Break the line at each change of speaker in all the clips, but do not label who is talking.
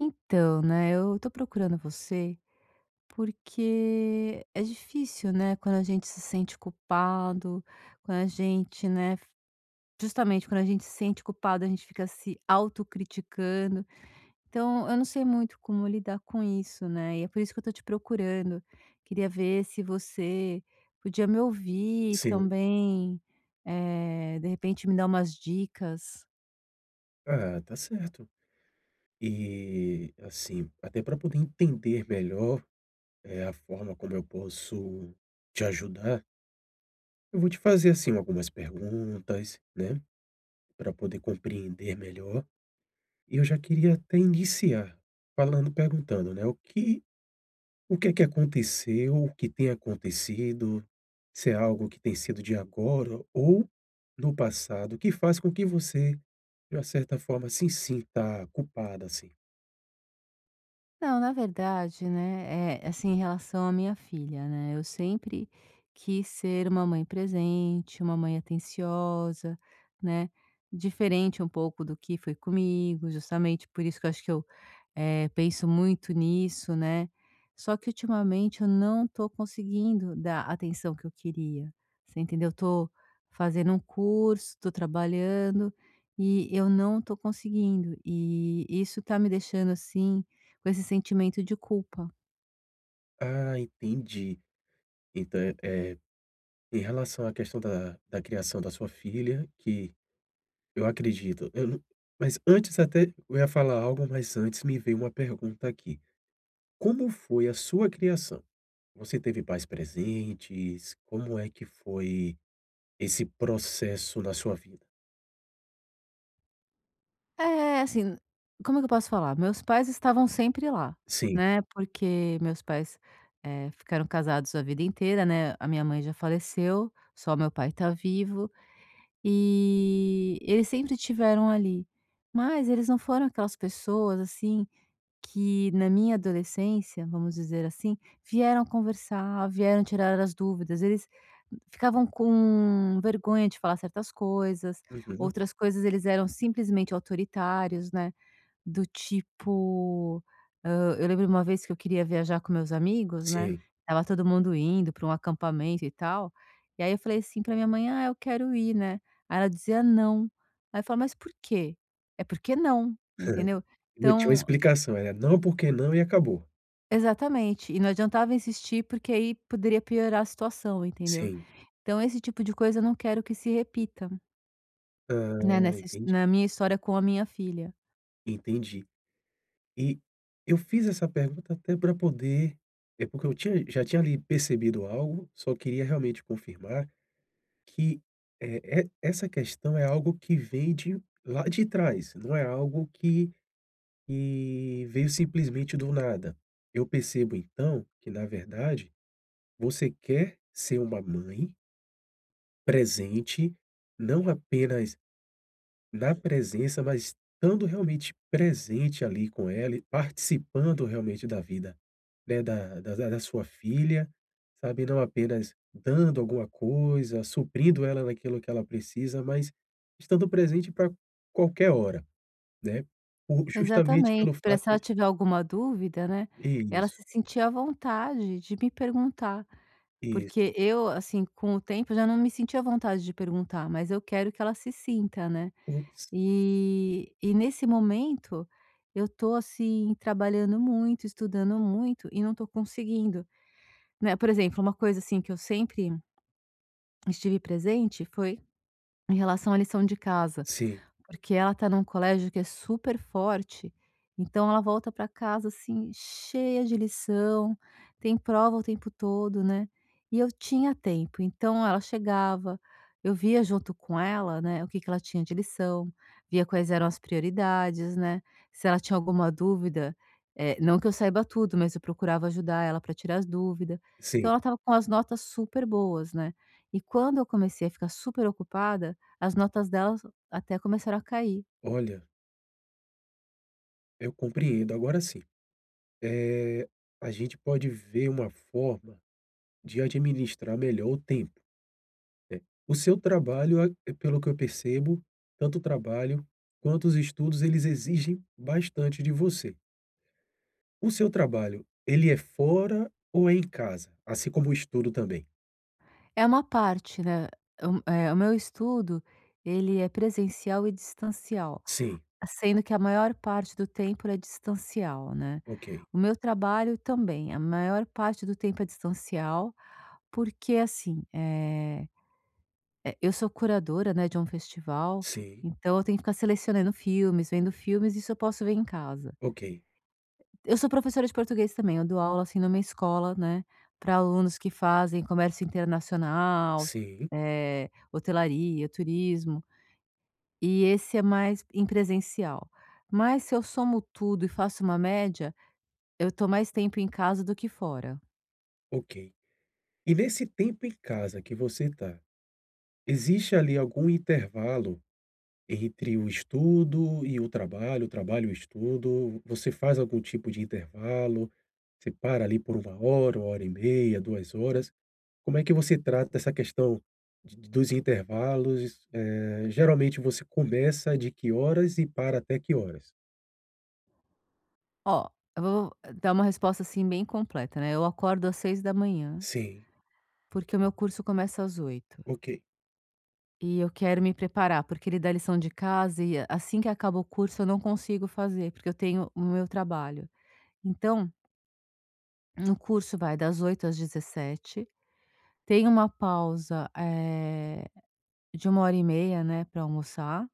Eu tô procurando você porque é difícil, né, quando a gente se sente culpado, quando a gente, né, justamente quando a gente se sente culpado, a gente fica se autocriticando. Então, eu não sei muito como lidar com isso, né, e é por isso que eu tô te procurando. Queria ver se você podia me ouvir e
Sim.
também, de repente, me dar umas dicas.
Ah, tá certo. E, assim, até para poder entender melhor, é a forma como eu posso te ajudar, eu vou te fazer, assim, algumas perguntas, né, para poder compreender melhor. E eu já queria até iniciar falando perguntando, né, o que é que aconteceu, o que tem acontecido, se é algo que tem sido de agora ou no passado, que faz com que você, de uma certa forma, se sinta culpada, assim?
Não, na verdade, né, é assim, em relação à minha filha, né, eu sempre quis ser uma mãe presente, uma mãe atenciosa, né, diferente um pouco do que foi comigo, justamente por isso que eu acho que eu penso muito nisso, né, só que ultimamente eu não tô conseguindo dar a atenção que eu queria, você entendeu? Eu tô fazendo um curso, tô trabalhando e eu não tô conseguindo, e isso tá me deixando, assim, com esse sentimento de culpa.
Ah, entendi. Então, é, em relação à questão da criação da sua filha, que eu acredito, eu não mas antes até eu ia falar algo, mas antes me veio uma pergunta aqui. Como foi a sua criação? Você teve pais presentes? Como é que foi esse processo na sua vida?
É, assim, como é que eu posso falar? Meus pais estavam sempre lá,
Sim.
né, porque meus pais ficaram casados a vida inteira, né, a minha mãe já faleceu, só meu pai tá vivo, e eles sempre tiveram ali, mas eles não foram aquelas pessoas, assim, que na minha adolescência, vamos dizer assim, vieram conversar, vieram tirar as dúvidas. Eles ficavam com vergonha de falar certas coisas,
Uhum.
outras coisas eles eram simplesmente autoritários, né, do tipo, eu lembro uma vez que eu queria viajar com meus amigos, né,
Sim.
tava todo mundo indo para um acampamento e tal, e aí eu falei assim para minha mãe: "Ah, eu quero ir, né". Aí ela dizia: "Não". Aí eu falava: "Mas por quê?". "É porque não", entendeu?
Não tinha uma
Então,
explicação, era não, porque não e acabou.
exatamente, e não adiantava insistir, porque aí poderia piorar a situação, entendeu.
Sim.
Então esse tipo de coisa eu não quero que se repita, né,
Ah,
nessa his
entendi,
na minha história com a minha filha.
entendi. E eu fiz essa pergunta até para poder porque eu tinha já tinha ali percebido algo, só queria realmente confirmar que, essa questão é algo que vem de lá de trás, não é algo que veio simplesmente do nada. Eu percebo então que, na verdade, você quer ser uma mãe presente, não apenas na presença, mas estando realmente presente ali com ela e participando realmente da vida, né, da sua filha, sabe, não apenas dando alguma coisa, suprindo ela naquilo que ela precisa, mas estando presente para qualquer hora, né, por justamente
Exatamente,
pelo
para
fato.
se ela tiver alguma dúvida, né, ela
Isso.
se sentir à vontade de me perguntar,
Isso.
porque eu, assim, com o tempo já não me sentia à vontade de perguntar, mas eu quero que ela se sinta, né.
por
E nesse momento eu tô, assim, trabalhando muito, estudando muito e não tô conseguindo. Né, por exemplo, uma coisa, assim, que eu sempre estive presente foi em relação à lição de casa.
Sim,
Porque ela tá num colégio que é super forte, então ela volta para casa, assim, cheia de lição, tem prova o tempo todo, né. E eu tinha tempo, então ela chegava, eu via junto com ela, né, o que que ela tinha de lição, via quais eram as prioridades, né, se ela tinha alguma dúvida, não que eu saiba tudo, mas eu procurava ajudar ela para tirar as dúvidas.
sim.
Então ela estava com as notas super boas, né. E quando eu comecei a ficar super ocupada, as notas dela até começaram a cair.
Olha, eu compreendo. Agora sim, é, a gente pode ver uma forma de administrar melhor o tempo. O seu trabalho, pelo que eu percebo, tanto o trabalho quanto os estudos, eles exigem bastante de você. O seu trabalho, ele é fora ou é em casa? Assim como o estudo também?
É uma parte, né, o meu estudo, ele é presencial e distancial,
Sim,
sendo que a maior parte do tempo é distancial, né.
ok.
O meu trabalho também, a maior parte do tempo é distancial, porque assim, eu sou curadora, né, de um festival,
Sim,
então eu tenho que ficar selecionando filmes, vendo filmes, isso eu posso ver em casa.
ok.
Eu sou professora de português também, eu dou aula, assim, numa escola, né, para alunos que fazem comércio internacional,
Sim,
hotelaria, turismo, e esse é mais em presencial. Mas se eu somo tudo e faço uma média, eu tô mais tempo em casa do que fora.
ok. E nesse tempo em casa que você está, existe ali algum intervalo entre o estudo e o trabalho e o estudo, você faz algum tipo de intervalo? Você para ali por 1 hora, 1 hora e meia, 2 horas? Como é que você trata essa questão dos intervalos? Geralmente você começa de que horas e para até que horas?
Ó, eu vou dar uma resposta, assim, bem completa, né, eu acordo às 6 da manhã
Sim,
porque o meu curso começa às 8.
ok.
E eu quero me preparar, porque ele dá lição de casa e assim que acaba o curso eu não consigo fazer, porque eu tenho o meu trabalho. Então, no curso vai das 8 às 17, tem uma pausa, de uma hora e meia, né, para almoçar,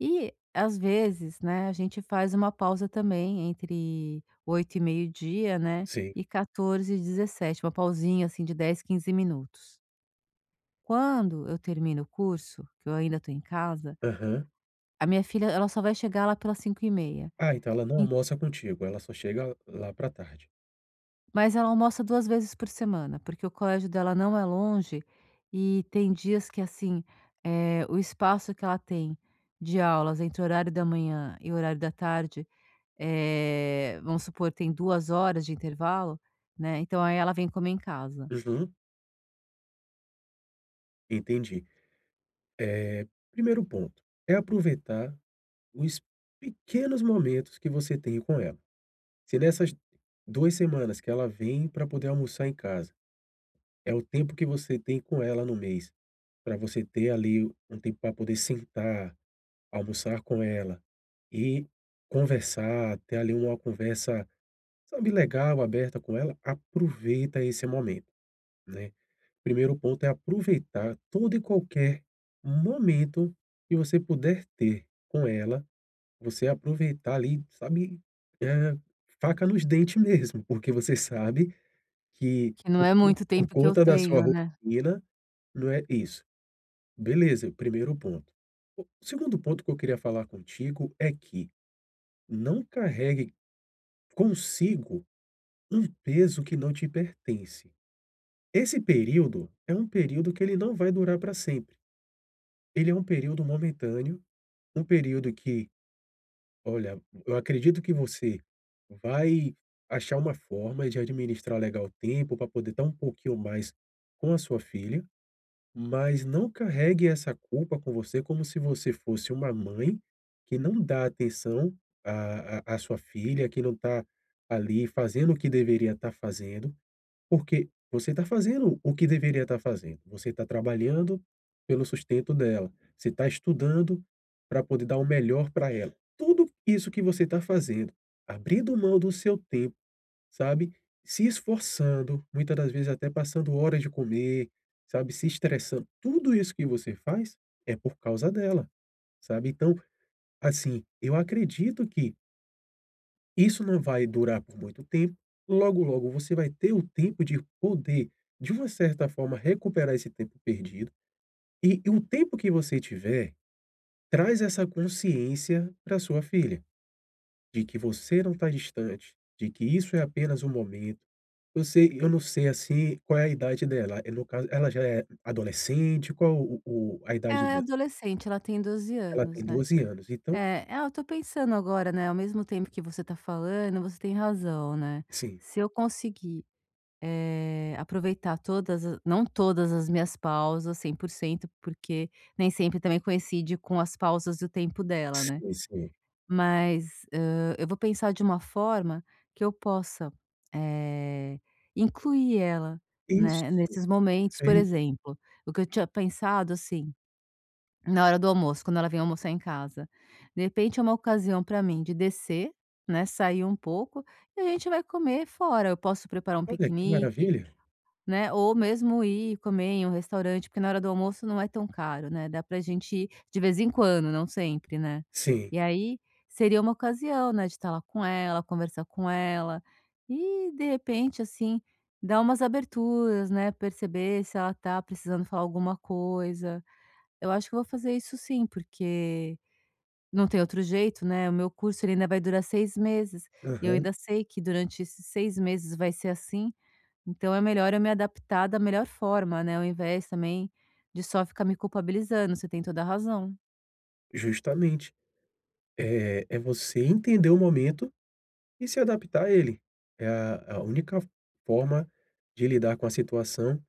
e às vezes, né, a gente faz uma pausa também entre 8 e meio-dia, né,
Sim.
e 14 e 17, uma pausinha assim de 10 15 minutos. Quando eu termino o curso, que eu ainda estou em casa,
Aham.
a minha filha, ela só vai chegar lá pelas 5 e meia.
Ah, então ela não
En
almoça contigo, ela só chega lá para tarde.
Mas ela almoça 2 vezes por semana, porque o colégio dela não é longe e tem dias que, assim, o espaço que ela tem de aulas entre o horário da manhã e o horário da tarde, vamos supor, tem 2 horas de intervalo, né, então aí ela vem comer em casa,
Uhum, entendi. Eh, primeiro ponto, é aproveitar os pequenos momentos que você tem com ela. Se nessas 2 semanas que ela vem para poder almoçar em casa, é o tempo que você tem com ela no mês, para você ter ali um tempo para poder sentar, almoçar com ela e conversar, ter ali uma conversa, sabe, legal, aberta com ela, aproveita esse momento, né. Primeiro ponto é aproveitar todo e qualquer momento que você puder ter com ela. Você aproveitar ali, sabe, eh, faca nos dentes mesmo, porque você sabe que
que não é muito
por
tempo que eu
conta da sua
tenho, né.
rotina, não é isso. Beleza, primeiro ponto. O segundo ponto que eu queria falar contigo é que não carregue consigo um peso que não te pertence. Esse período é um período que ele não vai durar para sempre. Ele é um período momentâneo, um período que, olha, eu acredito que você vai achar uma forma de administrar legal o tempo para poder estar um pouquinho mais com a sua filha, mas não carregue essa culpa com você como se você fosse uma mãe que não dá atenção à sua filha, que não está ali fazendo o que deveria estar fazendo. Porque você está fazendo o que deveria estar fazendo, você está trabalhando pelo sustento dela, você está estudando para poder dar o melhor para ela. Tudo isso que você está fazendo, abrindo mão do seu tempo, sabe, se esforçando, muitas das vezes até passando horas de comer, sabe, se estressando, tudo isso que você faz é por causa dela, sabe. Então, assim, eu acredito que isso não vai durar por muito tempo, logo, logo você vai ter o tempo de poder, de uma certa forma, recuperar esse tempo perdido e o tempo que você tiver, traz essa consciência para sua filha, de que você não está distante, de que isso é apenas um momento. Eu não sei, assim, qual é a idade dela, no caso, ela já é adolescente? Qual o a idade
Ela é
dela?
adolescente, ela tem 12
Ela
anos,
tem
né.
12 anos, então
Eu tô pensando agora, né, ao mesmo tempo que você tá falando, você tem razão, né.
sim,
Se eu conseguir, aproveitar todas a não todas as minhas pausas 100 por cento, porque nem sempre também coincide com as pausas e o tempo dela, né.
sim, sim.
Mas, eu vou pensar de uma forma que eu possa, eh, incluir ela,
Isso,
né, nesses momentos. Por
perfeito.
exemplo, o que eu tinha pensado, assim, na hora do almoço, quando ela vem almoçar em casa. De repente, é uma ocasião para mim de descer, né, sair um pouco, e a gente vai comer fora. Eu posso preparar um
Olha, que
piquenique,
maravilha.
né, ou mesmo ir comer em um restaurante, porque na hora do almoço não é tão caro, né, dá pra gente ir de vez em quando, não sempre, né.
Sim,
E aí, seria uma ocasião, né, de estar lá com ela, conversar com ela e, de repente, assim, dar umas aberturas, né, perceber se ela tá precisando falar alguma coisa, eu acho que eu vou fazer isso sim, porque não tem outro jeito, né, o meu curso ele ainda vai durar 6 meses, e eu
aham.
ainda sei que durante esses 6 meses vai ser assim, então é melhor eu me adaptar da melhor forma, né, ao invés também de só ficar me culpabilizando, você tem toda a razão.
Justamente. É você entender o momento e se adaptar a ele. É a única forma de lidar com a situação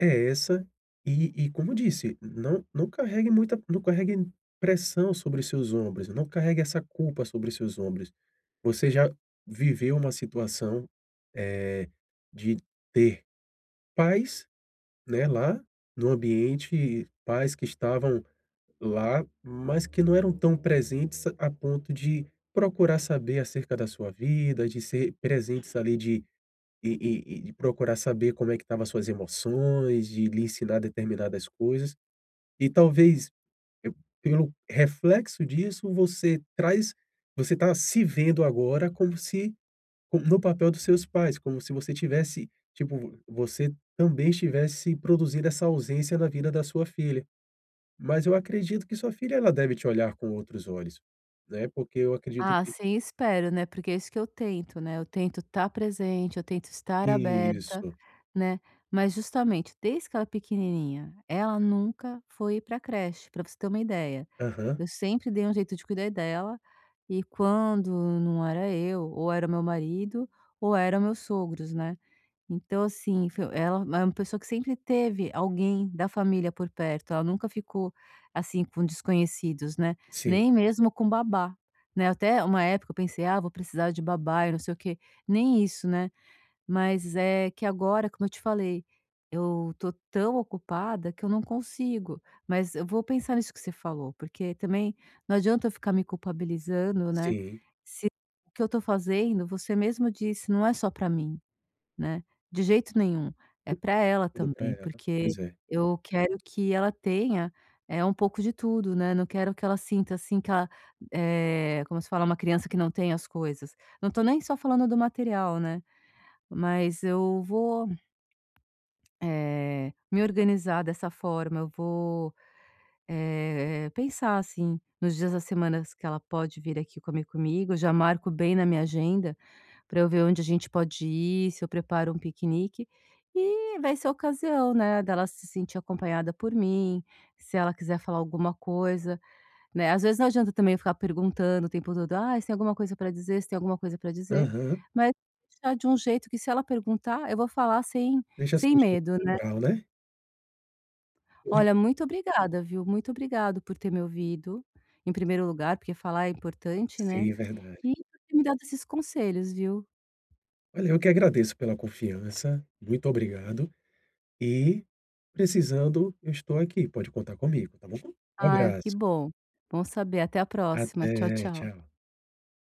é essa e como disse, não carregue pressão sobre os seus ombros, não carregue essa culpa sobre os seus ombros. Você já viveu uma situação, eh, de ter pais, né, lá no ambiente, pais que estavam lá, mas que não eram tão presentes a ponto de procurar saber acerca da sua vida, de ser presentes ali de e de procurar saber como é que estava suas emoções, de lhe ensinar determinadas coisas. E talvez, eu pelo reflexo disso, você está se vendo agora como se co no papel dos seus pais, como se você tivesse tipo, você também estivesse produzindo essa ausência na vida da sua filha. Mas eu acredito que sua filha ela deve te olhar com outros olhos, né, porque eu acredito
Ah,
que
sim, espero, né, porque é isso que eu tento, né, eu tento estar presente, eu tento estar aberta,
isso.
né, mas justamente desde que ela é pequenininha, ela nunca foi para creche, para você ter uma ideia.
Aham.
Eu sempre dei um jeito de cuidar dela, e quando não era eu, ou era o meu marido, ou eram meus sogros, né. Então assim, foi ela é uma pessoa que sempre teve alguém da família por perto, ela nunca ficou, assim, com desconhecidos, né,
Sim,
nem mesmo com babá, né. Até uma época eu pensei: "Ah, vou precisar de babá e não sei o quê", nem isso, né. Mas é que agora, como eu te falei, eu tô tão ocupada que eu não consigo. Mas eu vou pensar nisso que você falou, porque também não adianta eu ficar me culpabilizando, né?
sim,
Se o que eu tô fazendo, você mesmo disse, não é só pra mim, né? De jeito nenhum. É pra ela
tudo para
também,
ela.
porque
Pois é.
eu quero que ela tenha um pouco de tudo, né? Não quero que ela sinta assim que ela é, como se fala, uma criança que não tem as coisas. Não tô nem só falando do material, né? Mas eu vou, me organizar dessa forma, eu vou, pensar, assim, nos dias das semanas que ela pode vir aqui comer comigo, já marco bem na minha agenda para eu ver onde a gente pode ir, se eu preparo um piquenique, e vai ser a ocasião, né, dela se sentir acompanhada por mim, se ela quiser falar alguma coisa, né, às vezes não adianta também eu ficar perguntando o tempo todo: "Ah, você tem alguma coisa para dizer? Você tem alguma coisa para dizer?"
Aham.
Mas deixar de um jeito que se ela perguntar, eu vou falar
Deixa
sem
surgir
medo, né.
natural, né. Oi.
Olha, muito obrigada, viu. Muito obrigado por ter me ouvido, em primeiro lugar, porque falar é importante, né,
Sim, verdade.
e por ter me dado esses conselhos, viu.
Olha, eu que agradeço pela confiança, muito obrigado e precisando eu estou aqui, pode contar comigo, tá bom? Um
Ah, que
abraço.
bom. Bom saber. Até a próxima. Tchau,
Até,
tchau.
tchau.